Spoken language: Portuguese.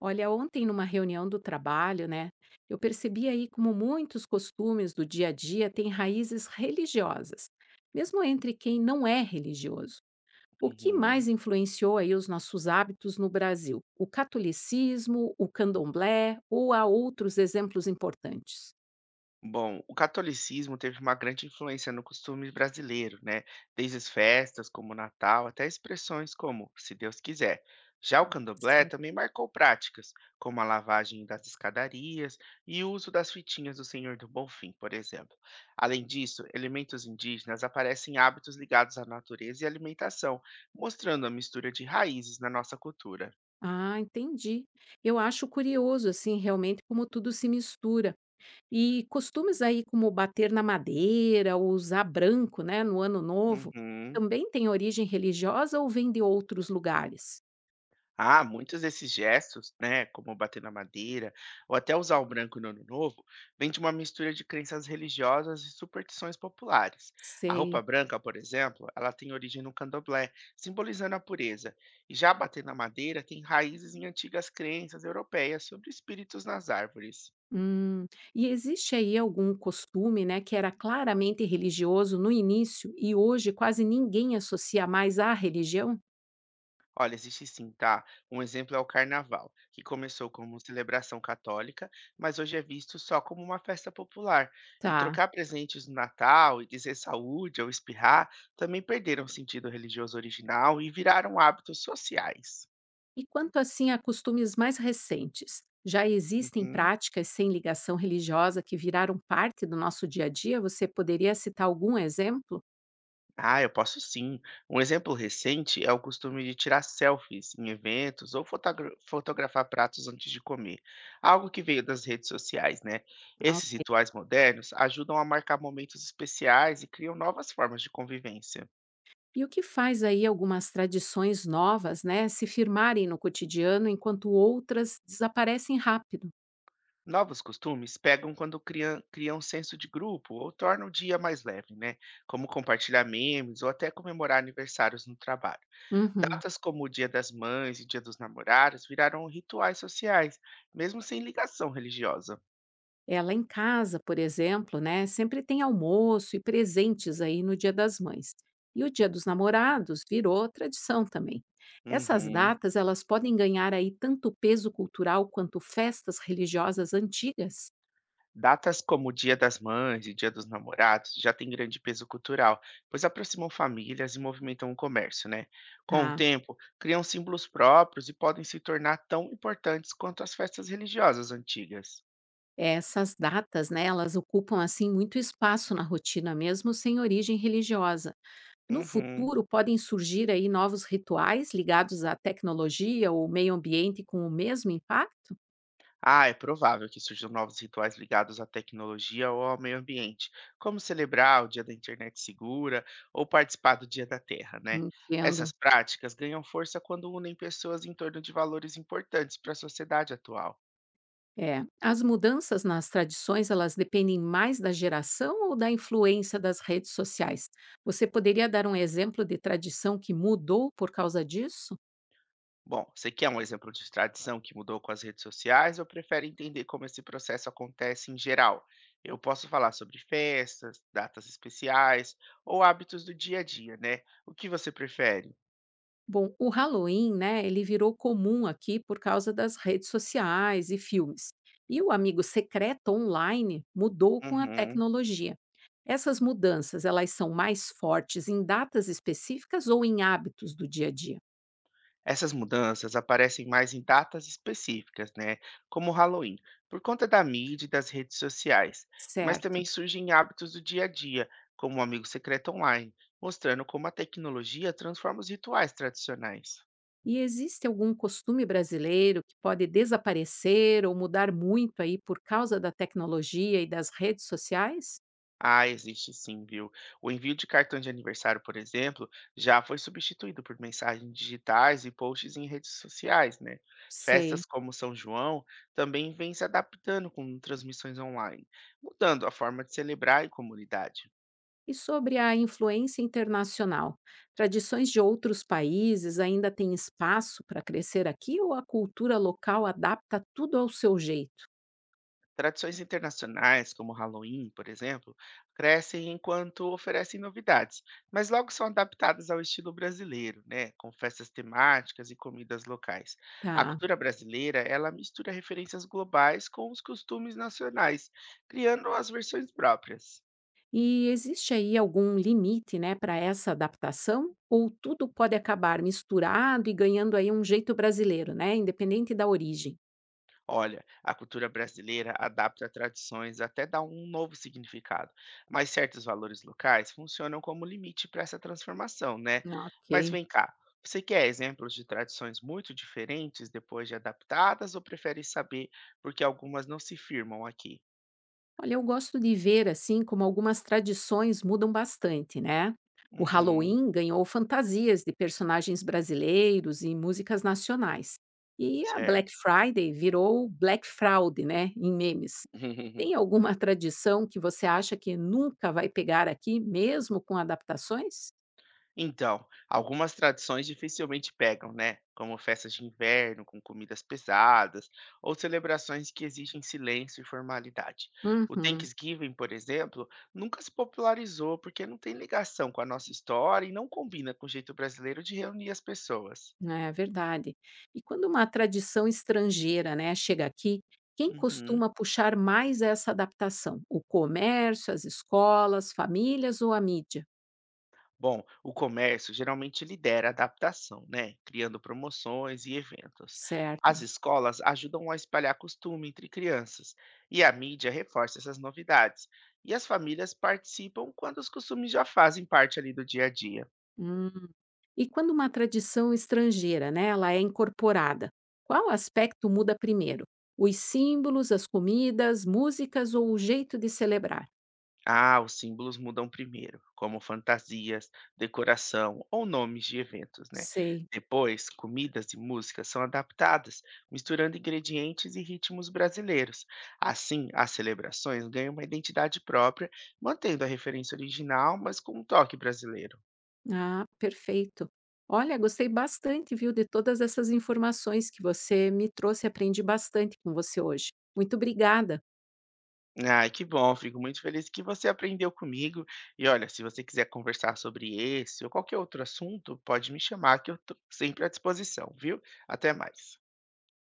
Olha, ontem numa reunião do trabalho, né, eu percebi aí como muitos costumes do dia a dia têm raízes religiosas, mesmo entre quem não é religioso. O que Uhum. mais influenciou aí os nossos hábitos no Brasil? O catolicismo, o candomblé ou há outros exemplos importantes? Bom, o catolicismo teve uma grande influência no costume brasileiro, né? Desde as festas, como o Natal, até expressões como se Deus quiser. Já o candomblé Certo. também marcou práticas, como a lavagem das escadarias e o uso das fitinhas do Senhor do Bonfim, por exemplo. Além disso, elementos indígenas aparecem em hábitos ligados à natureza e alimentação, mostrando a mistura de raízes na nossa cultura. Ah, entendi. Eu acho curioso assim, realmente como tudo se mistura. E costumes aí como bater na madeira ou usar branco, né, no ano novo, Uhum. também tem origem religiosa ou vem de outros lugares? Ah, muitos desses gestos, né, como bater na madeira ou até usar o branco no Ano Novo, vem de uma mistura de crenças religiosas e superstições populares. A Sei. roupa branca, por exemplo, ela tem origem no candomblé, simbolizando a pureza. E já bater na madeira tem raízes em antigas crenças europeias sobre espíritos nas árvores. Hum. E existe aí algum costume, né, que era claramente religioso no início e hoje quase ninguém associa mais à religião? Olha, existe sim, tá? Um exemplo é o Carnaval, que começou como celebração católica, mas hoje é visto só como uma festa popular. E Tá. trocar presentes no Natal e dizer saúde ou espirrar também perderam o sentido religioso original e viraram hábitos sociais. E quanto assim a costumes mais recentes? Já existem Uhum. práticas sem ligação religiosa que viraram parte do nosso dia a dia? Você poderia citar algum exemplo? Ah, eu posso sim. Um exemplo recente é o costume de tirar selfies em eventos ou fotografar pratos antes de comer, algo que veio das redes sociais, né? Esses rituais modernos ajudam a marcar momentos especiais e criam novas formas de convivência. E o que faz aí algumas tradições novas, né, se firmarem no cotidiano enquanto outras desaparecem rápido? Novos costumes pegam quando criam um senso de grupo ou tornam o dia mais leve, né? Como compartilhar memes ou até comemorar aniversários no trabalho. Uhum. Datas como o Dia das Mães e Dia dos Namorados viraram rituais sociais, mesmo sem ligação religiosa. Ela em casa, por exemplo, né, sempre tem almoço e presentes aí no Dia das Mães. E o Dia dos Namorados virou tradição também. Essas Uhum. datas, elas podem ganhar aí tanto peso cultural quanto festas religiosas antigas. Datas como o Dia das Mães e Dia dos Namorados já têm grande peso cultural, pois aproximam famílias e movimentam o comércio, né? Com o Tá. tempo, criam símbolos próprios e podem se tornar tão importantes quanto as festas religiosas antigas. Essas datas, né, elas ocupam assim muito espaço na rotina mesmo sem origem religiosa. No Uhum. futuro, podem surgir aí novos rituais ligados à tecnologia ou meio ambiente com o mesmo impacto? Ah, é provável que surjam novos rituais ligados à tecnologia ou ao meio ambiente, como celebrar o Dia da Internet Segura ou participar do Dia da Terra, né? Entendo. Essas práticas ganham força quando unem pessoas em torno de valores importantes para a sociedade atual. É, as mudanças nas tradições, elas dependem mais da geração ou da influência das redes sociais? Você poderia dar um exemplo de tradição que mudou por causa disso? Bom, você quer um exemplo de tradição que mudou com as redes sociais ou prefere entender como esse processo acontece em geral? Eu posso falar sobre festas, datas especiais ou hábitos do dia a dia, né? O que você prefere? Bom, o Halloween, né, ele virou comum aqui por causa das redes sociais e filmes. E o amigo secreto online mudou com a Uhum. tecnologia. Essas mudanças, elas são mais fortes em datas específicas ou em hábitos do dia a dia? Essas mudanças aparecem mais em datas específicas, né? Como o Halloween, por conta da mídia e das redes sociais, mas Certo. também surgem hábitos do dia a dia, como o amigo secreto online, mostrando como a tecnologia transforma os rituais tradicionais. E existe algum costume brasileiro que pode desaparecer ou mudar muito aí por causa da tecnologia e das redes sociais? Ah, existe sim, viu? O envio de cartão de aniversário, por exemplo, já foi substituído por mensagens digitais e posts em redes sociais, né? Sei. Festas como São João também vêm se adaptando com transmissões online, mudando a forma de celebrar em comunidade. E sobre a influência internacional? Tradições de outros países ainda têm espaço para crescer aqui ou a cultura local adapta tudo ao seu jeito? Tradições internacionais, como o Halloween, por exemplo, crescem enquanto oferecem novidades, mas logo são adaptadas ao estilo brasileiro, né, com festas temáticas e comidas locais. A Tá. cultura brasileira, ela mistura referências globais com os costumes nacionais, criando as versões próprias. E existe aí algum limite, né, para essa adaptação? Ou tudo pode acabar misturado e ganhando aí um jeito brasileiro, né, independente da origem? Olha, a cultura brasileira adapta tradições até dar um novo significado, mas certos valores locais funcionam como limite para essa transformação, né? Mas Ok. vem cá, você quer exemplos de tradições muito diferentes depois de adaptadas ou prefere saber porque algumas não se firmam aqui? Olha, eu gosto de ver assim como algumas tradições mudam bastante, né? O Uhum, Halloween ganhou fantasias de personagens brasileiros e músicas nacionais. E a Black certo. Friday virou Black Fraud, né, em memes. Tem alguma tradição que você acha que nunca vai pegar aqui, mesmo com adaptações? Então, algumas tradições dificilmente pegam, né? Como festas de inverno com comidas pesadas ou celebrações que exigem silêncio e formalidade. O Uhum. Thanksgiving, por exemplo, nunca se popularizou porque não tem ligação com a nossa história e não combina com o jeito brasileiro de reunir as pessoas. É verdade. E quando uma tradição estrangeira, né, chega aqui, quem Uhum. costuma puxar mais essa adaptação? O comércio, as escolas, famílias ou a mídia? Bom, o comércio geralmente lidera a adaptação, né? Criando promoções e eventos. Certo. As escolas ajudam a espalhar costume entre crianças, e a mídia reforça essas novidades. E as famílias participam quando os costumes já fazem parte ali do dia a dia. Hum. E quando uma tradição estrangeira, né, ela é incorporada, qual aspecto muda primeiro? Os símbolos, as comidas, músicas ou o jeito de celebrar? Ah, os símbolos mudam primeiro, como fantasias, decoração ou nomes de eventos, né? Sei. Depois, comidas e músicas são adaptadas, misturando ingredientes e ritmos brasileiros. Assim, as celebrações ganham uma identidade própria, mantendo a referência original, mas com um toque brasileiro. Ah, perfeito. Olha, gostei bastante, viu, de todas essas informações que você me trouxe. Aprendi bastante com você hoje. Muito obrigada. Ai, que bom, fico muito feliz que você aprendeu comigo. E olha, se você quiser conversar sobre esse ou qualquer outro assunto, pode me chamar que eu estou sempre à disposição, viu? Até mais.